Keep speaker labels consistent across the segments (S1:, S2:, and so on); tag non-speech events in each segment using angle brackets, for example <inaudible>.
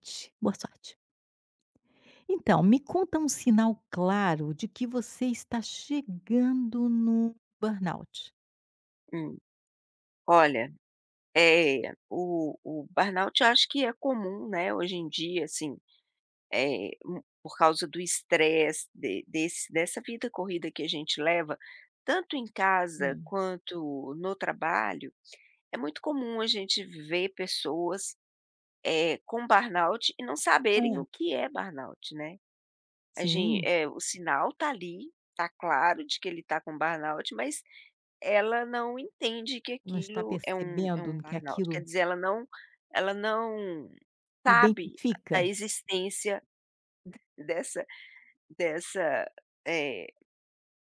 S1: Sorte. Boa sorte. Então, me conta um sinal claro de que você está chegando no burnout.
S2: Hum, Olha, o burnout eu acho que é comum, né, hoje em dia, assim, por causa do estresse de desse dessa vida corrida que a gente leva, tanto em casa
S1: Hum.
S2: quanto no trabalho, é muito comum a gente ver pessoas, com burnout e não saberem
S1: Hã.
S2: o que é burnout, né. A gente,
S1: Sim,
S2: o sinal tá ali, tá claro de que ele tá com burnout, mas ela não entende que
S1: não está
S2: aquilo é um
S1: percebendo que
S2: burnout, quer
S1: aquilo
S2: dizer, ela não sabe
S1: identifica
S2: da existência dessa dessa, eh,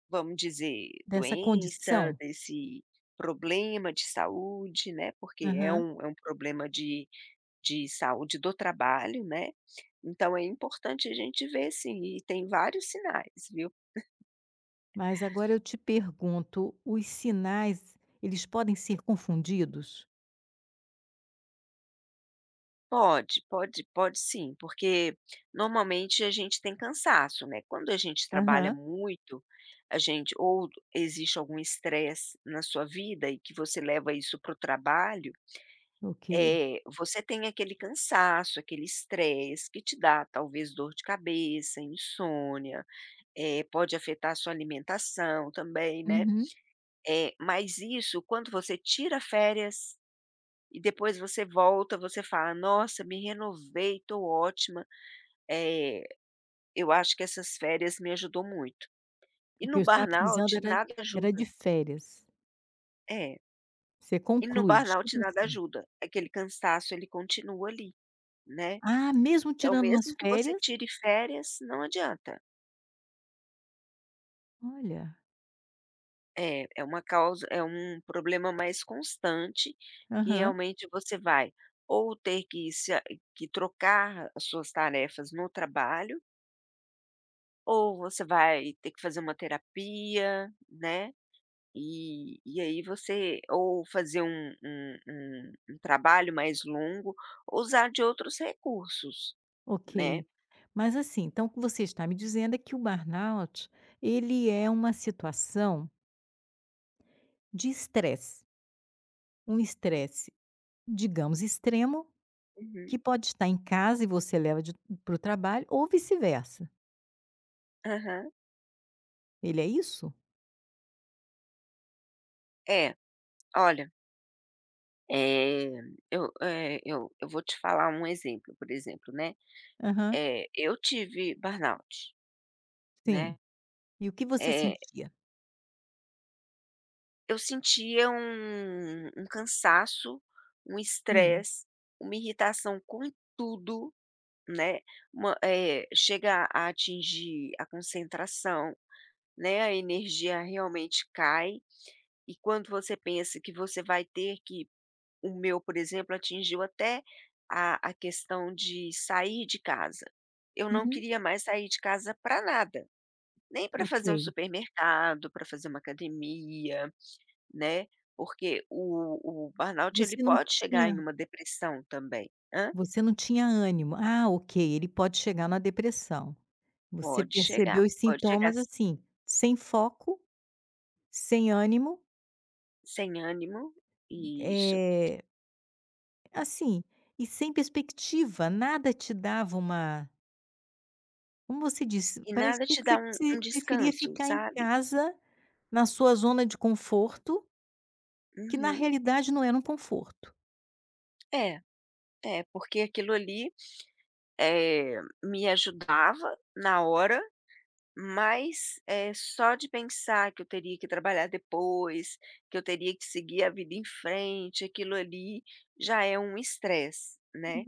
S2: vamos dizer,
S1: dessa
S2: doença,
S1: condição?
S2: desse problema de saúde, né, porque é
S1: Aham.
S2: um é um problema de saúde do trabalho, né. Então é importante a gente ver, sim, e tem vários sinais, viu.
S1: Mas agora eu te pergunto, os sinais, eles podem ser confundidos?
S2: Pode, sim, porque normalmente a gente tem cansaço, né, quando a gente trabalha
S1: Aham.
S2: muito. A gente ou Existe algum estresse na sua vida e que você leva isso para o trabalho,
S1: Ok.
S2: é, você tem aquele cansaço, aquele estresse que te dá talvez dor de cabeça, insônia, é, pode afetar a sua alimentação também, né.
S1: Uhum.
S2: É, mas isso, quando você tira férias e depois você volta, você fala: "Nossa, me renovei, estou ótima". É, eu acho que essas férias me ajudou muito. E
S1: O que
S2: no
S1: eu estava precisando
S2: burnout
S1: era
S2: nada ajuda.
S1: de férias.
S2: É,
S1: Você
S2: e no
S1: conclui,
S2: burnout
S1: tipo
S2: nada
S1: assim:
S2: ajuda. Aquele cansaço ele continua ali, né.
S1: "Ah, mesmo
S2: Então,
S1: tirando umas
S2: mesmo que você
S1: férias".
S2: tire férias, não adianta.
S1: Olha,
S2: É, é uma causa, é um problema mais constante que
S1: aham,
S2: realmente você vai ou ter que se a que trocar as suas tarefas no trabalho, ou você vai ter que fazer uma terapia, né. E aí você ou fazer um trabalho mais longo ou usar de outros recursos, né.
S1: ok. Mas assim, então o que você está me dizendo é que o burnout, ele é uma situação de estresse, um estresse, digamos, extremo,
S2: Uhum.
S1: que pode estar em casa e você leva para o trabalho, ou vice-versa.
S2: Aham.
S1: Ele é isso?
S2: É, olha, eh, eu, eh, eu vou te falar um exemplo, por exemplo, né,
S1: Aham,
S2: eu tive burnout,
S1: sim.
S2: né,
S1: E o que você
S2: eh,
S1: sentia?
S2: eu sentia um cansaço, um
S1: Hum,
S2: estresse, uma irritação com tudo, né, chega a atingir a concentração. Né, a energia realmente cai e quando você pensa que você vai ter que, o meu, por exemplo, atingiu até a questão de sair de casa. Eu não
S1: uhum,
S2: queria mais sair de casa para nada, nem para fazer um
S1: ok.
S2: supermercado, para fazer uma academia, né, porque o burnout ele
S1: Você não
S2: pode chegar em
S1: tinha
S2: uma depressão também, hã?
S1: Você não tinha ânimo. Ah, ok, ele pode chegar na depressão. Você percebeu os
S2: Pode chegar
S1: sintomas
S2: s
S1: assim, sem foco, sem ânimo,
S2: sem ânimo, isso,
S1: eh, assim, e sem perspectiva, nada te dava uma, como você disse,
S2: e nada
S1: parecia
S2: te
S1: que
S2: dá
S1: você
S2: um
S1: se
S2: um
S1: preferia
S2: descanso,
S1: ficar em
S2: sabe?
S1: casa, na sua zona de conforto, que na
S2: Uhum.
S1: realidade não era um conforto.
S2: É, é, porque aquilo ali, me ajudava na hora, mas, só de pensar que eu teria que trabalhar depois, que eu teria que seguir a vida em frente, aquilo ali já é um estresse, né.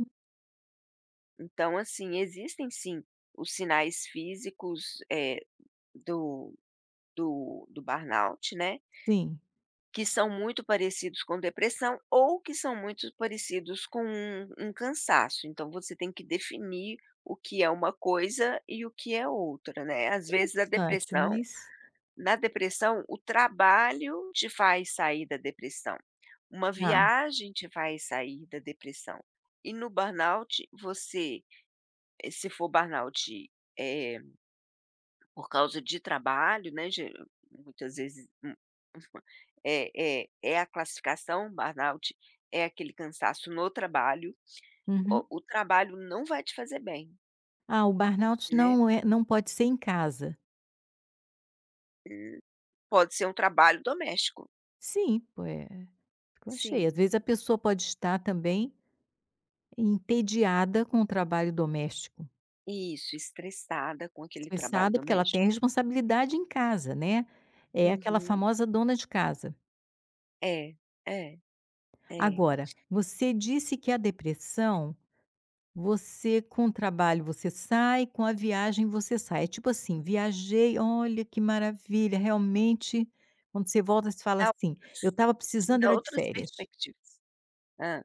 S2: Então, assim, existem sim os sinais físicos, do do burnout, né.
S1: Sim,
S2: Que são muito parecidos com depressão ou que são muito parecidos com um cansaço. Então você tem que definir o que é uma coisa e o que é outra, né. Às vezes a
S1: interessante,
S2: depressão
S1: mas
S2: na depressão, o trabalho te faz sair da depressão, uma
S1: ah,
S2: viagem te faz sair da depressão. E no burnout você, se for burnout, eh por causa de trabalho, né, ge muitas vezes, <laughs> é a classificação, um burnout, é aquele cansaço no trabalho,
S1: uhum.
S2: o trabalho não vai te fazer bem,
S1: Ah, o burnout
S2: né,
S1: não pode ser em casa.
S2: hum, pode ser um trabalho doméstico.
S1: Sim, pô, é. Eu achei.
S2: Sim,
S1: Às vezes a pessoa pode estar também entediada com o trabalho doméstico,
S2: isso, estressada com aquele trabalho
S1: estressada porque ela
S2: doméstico.
S1: tem responsabilidade em casa, né. É aquela
S2: Uhum.
S1: famosa dona de casa.
S2: É, é, é.
S1: Agora, você disse que a depressão, você com o trabalho você sai, com a viagem você sai. É tipo assim: "Viajei, olha que maravilha", realmente quando você volta você fala
S2: Dá
S1: assim:
S2: outras
S1: "Eu estava
S2: sim,
S1: precisando
S2: dá
S1: era de
S2: outras
S1: férias",
S2: perspectivas. Ah,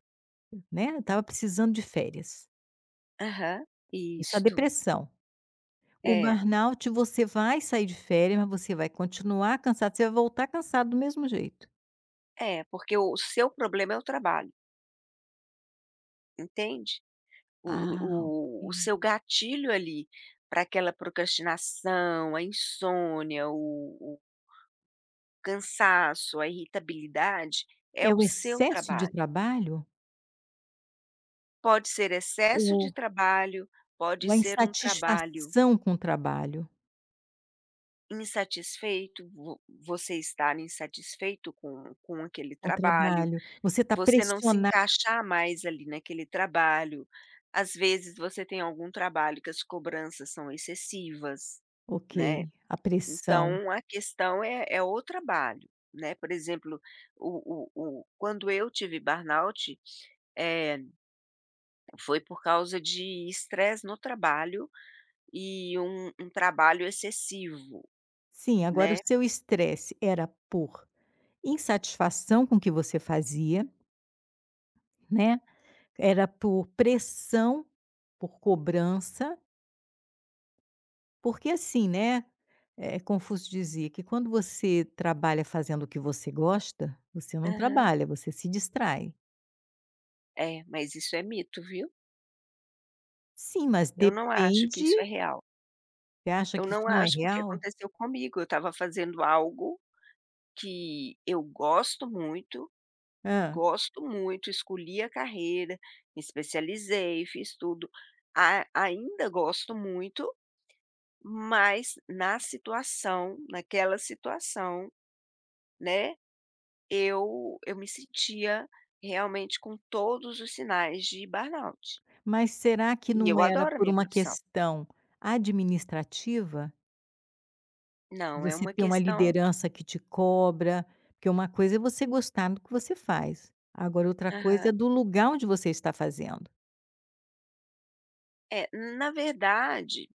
S1: né, "Eu estava precisando de férias".
S2: aham,
S1: Isso é
S2: isto.
S1: depressão. O
S2: É,
S1: burnout, você vai sair de férias, mas você vai continuar cansado, você vai voltar cansado do mesmo jeito.
S2: é, porque o seu problema é o trabalho, entende? o
S1: Ah,
S2: o o
S1: ok.
S2: seu gatilho ali para aquela procrastinação, a insônia, o cansaço, a irritabilidade, é
S1: É
S2: o
S1: o
S2: seu
S1: excesso de
S2: trabalho.
S1: trabalho
S2: Pode ser excesso de
S1: ou
S2: trabalho, pode
S1: a
S2: ser um trabalho
S1: insatisfação com o trabalho
S2: insatisfeito, vo você estar insatisfeito com aquele
S1: com o
S2: trabalho,
S1: trabalho. Você está
S2: você não se
S1: pressionado,
S2: encaixar mais ali naquele trabalho. Às vezes você tem algum trabalho que as cobranças são excessivas,
S1: ok,
S2: né?
S1: a pressão.
S2: Então a questão é, é o trabalho, né, por exemplo, o quando eu tive burnout, eh, foi por causa de estresse no trabalho e um trabalho excessivo,
S1: Sim, agora o
S2: né.
S1: seu estresse era por insatisfação com o que você fazia, né, era por pressão, por cobrança. Porque assim, né, Confúcio dizia que quando você trabalha fazendo o que você gosta, você não
S2: Aham.
S1: trabalha, você se distrai.
S2: É, mas isso é mito, viu.
S1: Sim, mas
S2: Eu não acho que
S1: depende,
S2: isso é real.
S1: você acha
S2: Eu
S1: que isso
S2: não
S1: não é
S2: acho, porque
S1: real?
S2: aconteceu comigo, eu estava fazendo algo que eu gosto muito.
S1: Hã.
S2: Gosto muito, escolhi a carreira, me especializei, fiz tudo. A Ainda gosto muito, mas na situação naquela situação, né, eu me sentia realmente com todos os sinais de burnout.
S1: Mas será que
S2: E eu
S1: não era
S2: adoro a
S1: por
S2: minha
S1: uma
S2: profissão.
S1: questão administrativa?
S2: Não, é
S1: Você
S2: uma
S1: ter uma
S2: questão,
S1: liderança que te cobra, porque uma coisa é você gostar do que você faz, agora outra coisa é
S2: aham.
S1: do lugar onde você está fazendo.
S2: É, na verdade,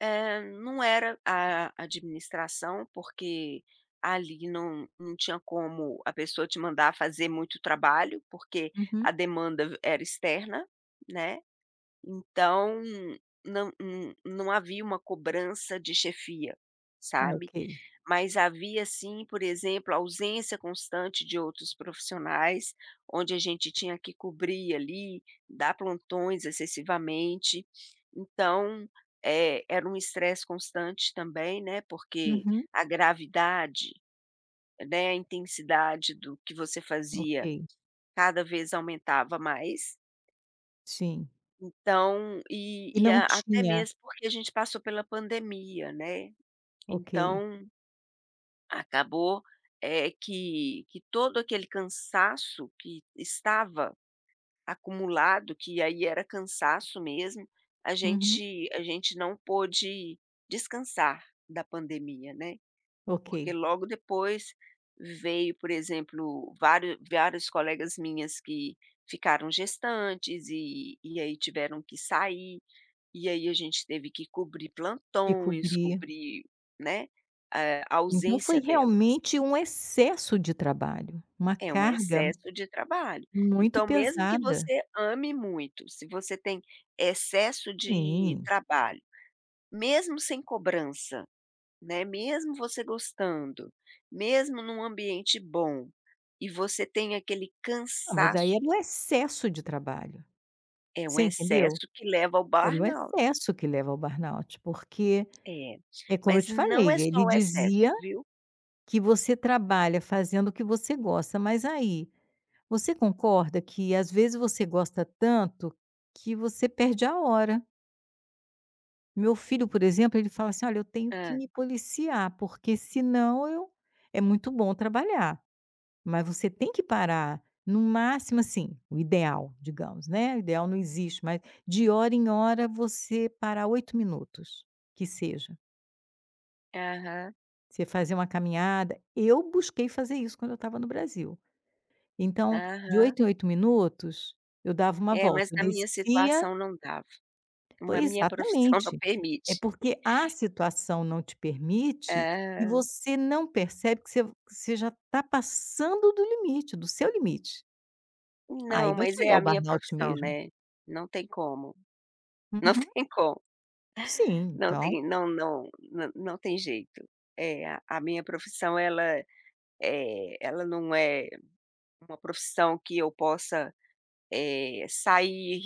S2: Não era a administração, porque ali não tinha como a pessoa te mandar fazer muito trabalho, porque a
S1: Uhum.
S2: demanda era externa, né, então não havia uma cobrança de chefia,
S1: Ah, ok.
S2: sabe. Mas havia, sim, por exemplo, ausência constante de outros profissionais, onde a gente tinha que cobrir ali, dar plantões excessivamente. Então, era um estresse constante também, né, porque
S1: Uhum.
S2: a gravidade, né, a intensidade do que você fazia
S1: Ok,
S2: cada vez aumentava mais.
S1: sim.
S2: Então,
S1: E
S2: e
S1: não
S2: a até
S1: tinha,
S2: mesmo porque a gente passou pela pandemia, né.
S1: ok.
S2: Então, acabou, que todo aquele cansaço que estava acumulado, que aí era cansaço mesmo, a
S1: Uhum.
S2: gente a gente não pôde descansar da pandemia, né,
S1: Ok.
S2: porque logo depois veio, por exemplo, vários colegas minhas que ficaram gestantes e aí tiveram que sair, e aí a gente teve que cobrir
S1: Que
S2: plantões,
S1: cobria.
S2: cobrir, né, a
S1: Então
S2: ausência
S1: foi
S2: delas.
S1: realmente um excesso de trabalho, uma
S2: É um
S1: carga
S2: excesso de trabalho.
S1: muito
S2: Então, mesmo que
S1: pesada.
S2: você ame muito, se você tem excesso de
S1: Sim.
S2: trabalho, mesmo sem cobrança, né, mesmo você gostando, mesmo num ambiente bom, e você tem aquele
S1: Não, mas aí
S2: cansaço,
S1: era o excesso de trabalho,
S2: é um
S1: você entendeu?
S2: excesso que leva ao
S1: Era o
S2: burnout.
S1: excesso que leva ao burnout, porque
S2: É,
S1: é como eu
S2: mas
S1: te
S2: não é
S1: falei,
S2: só
S1: ele
S2: o excesso,
S1: dizia
S2: viu.
S1: que você trabalha fazendo o que você gosta, mas aí, você concorda que às vezes você gosta tanto que você perde a hora. Meu filho, por exemplo, ele fala assim: "Olha, eu tenho que
S2: Ah,
S1: me policiar, porque senão eu é muito bom trabalhar, mas você tem que parar, no máximo assim, o ideal, digamos, né, o ideal não existe, mas de hora em hora você parar 8 minutos, que seja.
S2: aham,
S1: Você fazer uma caminhada". Eu busquei fazer isso quando eu estava no Brasil. Então, de
S2: aham.
S1: 8 em 8 minutos, eu dava uma
S2: É,
S1: volta.
S2: mas
S1: Eu
S2: na minha
S1: descia.
S2: situação não dava. Uma
S1: Pois,
S2: Minha profissão <laughs> não
S1: exatamente. É
S2: permite.
S1: porque a situação não te permite e
S2: Aham.
S1: você não percebe que você já está passando do limite, do seu limite. Aí
S2: Não,
S1: vai
S2: mas é
S1: chegar
S2: a
S1: o
S2: minha
S1: burnout
S2: profissão,
S1: mesmo.
S2: né, não tem como, não
S1: Uhum.
S2: <laughs> tem como,
S1: Sim,
S2: não
S1: então
S2: tem não não não não tem jeito. É, a minha profissão ela, ela não é uma profissão que eu possa, sair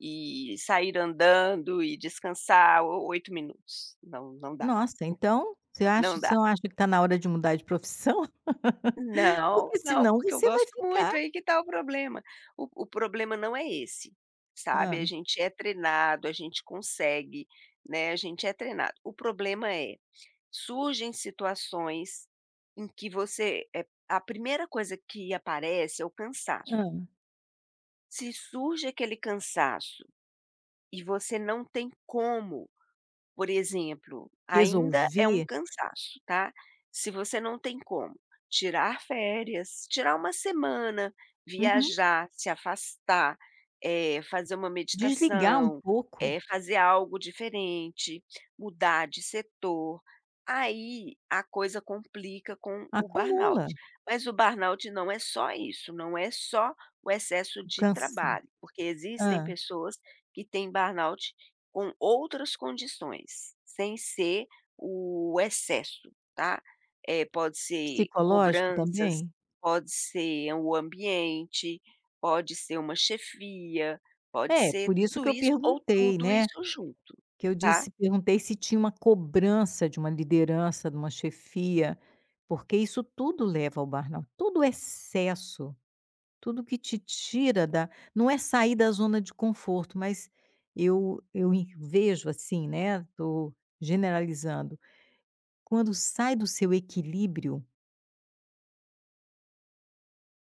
S2: e sair andando e descansar o 8 minutos, não, não dá,
S1: nossa, então você
S2: não
S1: acha,
S2: dá.
S1: você não acha que está na hora de mudar de profissão? <laughs>
S2: Não,
S1: Porque
S2: não,
S1: senão
S2: porque eu
S1: você vai
S2: gosto
S1: ficar
S2: muito, aí que tá o problema. O problema não é esse, sabe,
S1: hã,
S2: a gente é treinado, a gente consegue, né, a gente é treinado. O problema é, surgem situações em que você, a primeira coisa que aparece é o cansaço.
S1: hã,
S2: Se surge aquele cansaço e você não tem como, por exemplo, ainda é um
S1: resolver,
S2: cansaço, tá. Se você não tem como tirar férias, tirar uma semana,
S1: uhum,
S2: viajar, se afastar, fazer uma
S1: desligar um
S2: meditação,
S1: pouco,
S2: fazer algo diferente, mudar de setor, aí a coisa complica com o burnout.
S1: acumula,
S2: Mas o burnout não é só isso, não é só o excesso de
S1: cansa,
S2: trabalho, porque existem
S1: hã,
S2: pessoas que têm burnout com outras condições, sem ser o excesso, tá? Pode ser
S1: psicológico
S2: cobranças,
S1: também?
S2: pode ser o ambiente, pode ser uma chefia, pode
S1: É,
S2: ser
S1: por isso
S2: tudo
S1: que eu
S2: isso ou
S1: perguntei,
S2: tudo
S1: né,
S2: isso junto,
S1: que eu
S2: tá?
S1: disse perguntei se tinha uma cobrança de uma liderança, de uma chefia, porque isso tudo leva ao burnout, todo excesso, tudo que te tira da, não é sair da zona de conforto, mas eu en vejo assim, né, estou generalizando, quando sai do seu equilíbrio,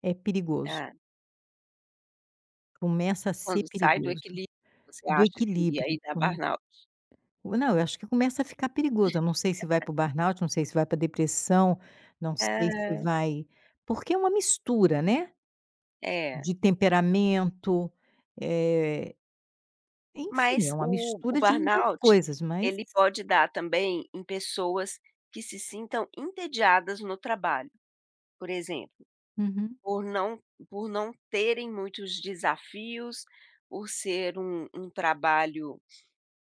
S1: é perigoso,
S2: Ah,
S1: começa a ser
S2: quando sai do
S1: perigoso,
S2: equilíbrio, você
S1: do
S2: acha que aí
S1: equilíbrio.
S2: dá burnout.
S1: Não, eu acho que começa a ficar perigoso, eu não sei se vai para o burnout, não sei se vai para depressão, não sei se
S2: É,
S1: vai, porque é uma mistura, né,
S2: é.
S1: de temperamento, eh, enfim,
S2: Mas
S1: é uma
S2: o
S1: mistura de muitas
S2: burnout,
S1: coisas, mas
S2: ele pode dar também em pessoas que se sintam entediadas no trabalho, por exemplo.
S1: uhum,
S2: Por não por não terem muitos desafios, por ser um trabalho,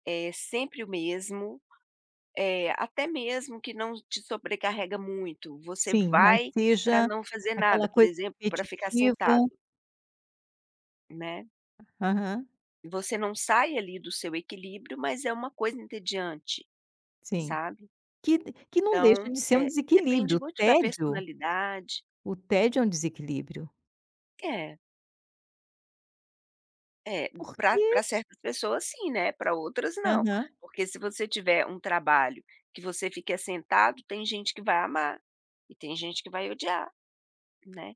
S2: é sempre o mesmo, é até mesmo que não te sobrecarrega muito, você
S1: sim, mas
S2: vai para
S1: seja
S2: não fazer nada,
S1: aquela
S2: por
S1: coisa
S2: exemplo, para ficar
S1: repetitiva,
S2: sentado, né.
S1: aham,
S2: Você não sai ali do seu equilíbrio, mas é uma coisa entediante,
S1: sim.
S2: sabe.
S1: Que que não deixa
S2: Então,
S1: de ser um
S2: depende
S1: desequilíbrio,
S2: muito da personalidade.
S1: o tédio é um desequilíbrio,
S2: É. É, pra
S1: porque
S2: certas pessoas sim, né, para outras não.
S1: aham.
S2: Porque se você tiver um trabalho que você fica sentado, tem gente que vai amar e tem gente que vai odiar, né.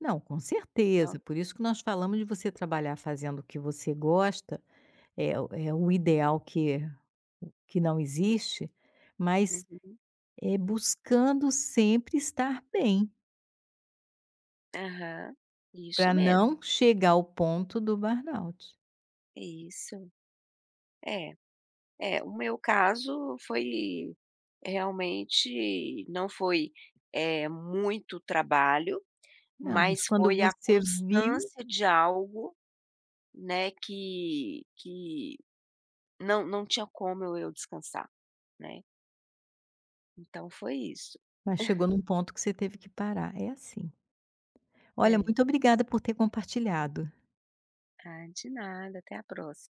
S1: Não, com certeza.
S2: Então
S1: Por isso que nós falamos de você trabalhar fazendo o que você gosta, é, o- é o ideal que não existe, mas
S2: uhum,
S1: é buscando sempre estar bem,
S2: aham, isso
S1: para
S2: mesmo,
S1: não chegar ao ponto do burnout.
S2: isso. É, é, o meu caso foi, realmente não foi, muito trabalho,
S1: Não, mas
S2: mas
S1: quando
S2: foi a
S1: você viu,
S2: constância de algo, né, que não tinha como eu descansar. Né, então foi isso.
S1: mas chegou num ponto que você teve que parar. É assim. Olha,
S2: É.
S1: muito obrigada por ter compartilhado.
S2: Ah, de nada, até a próxima.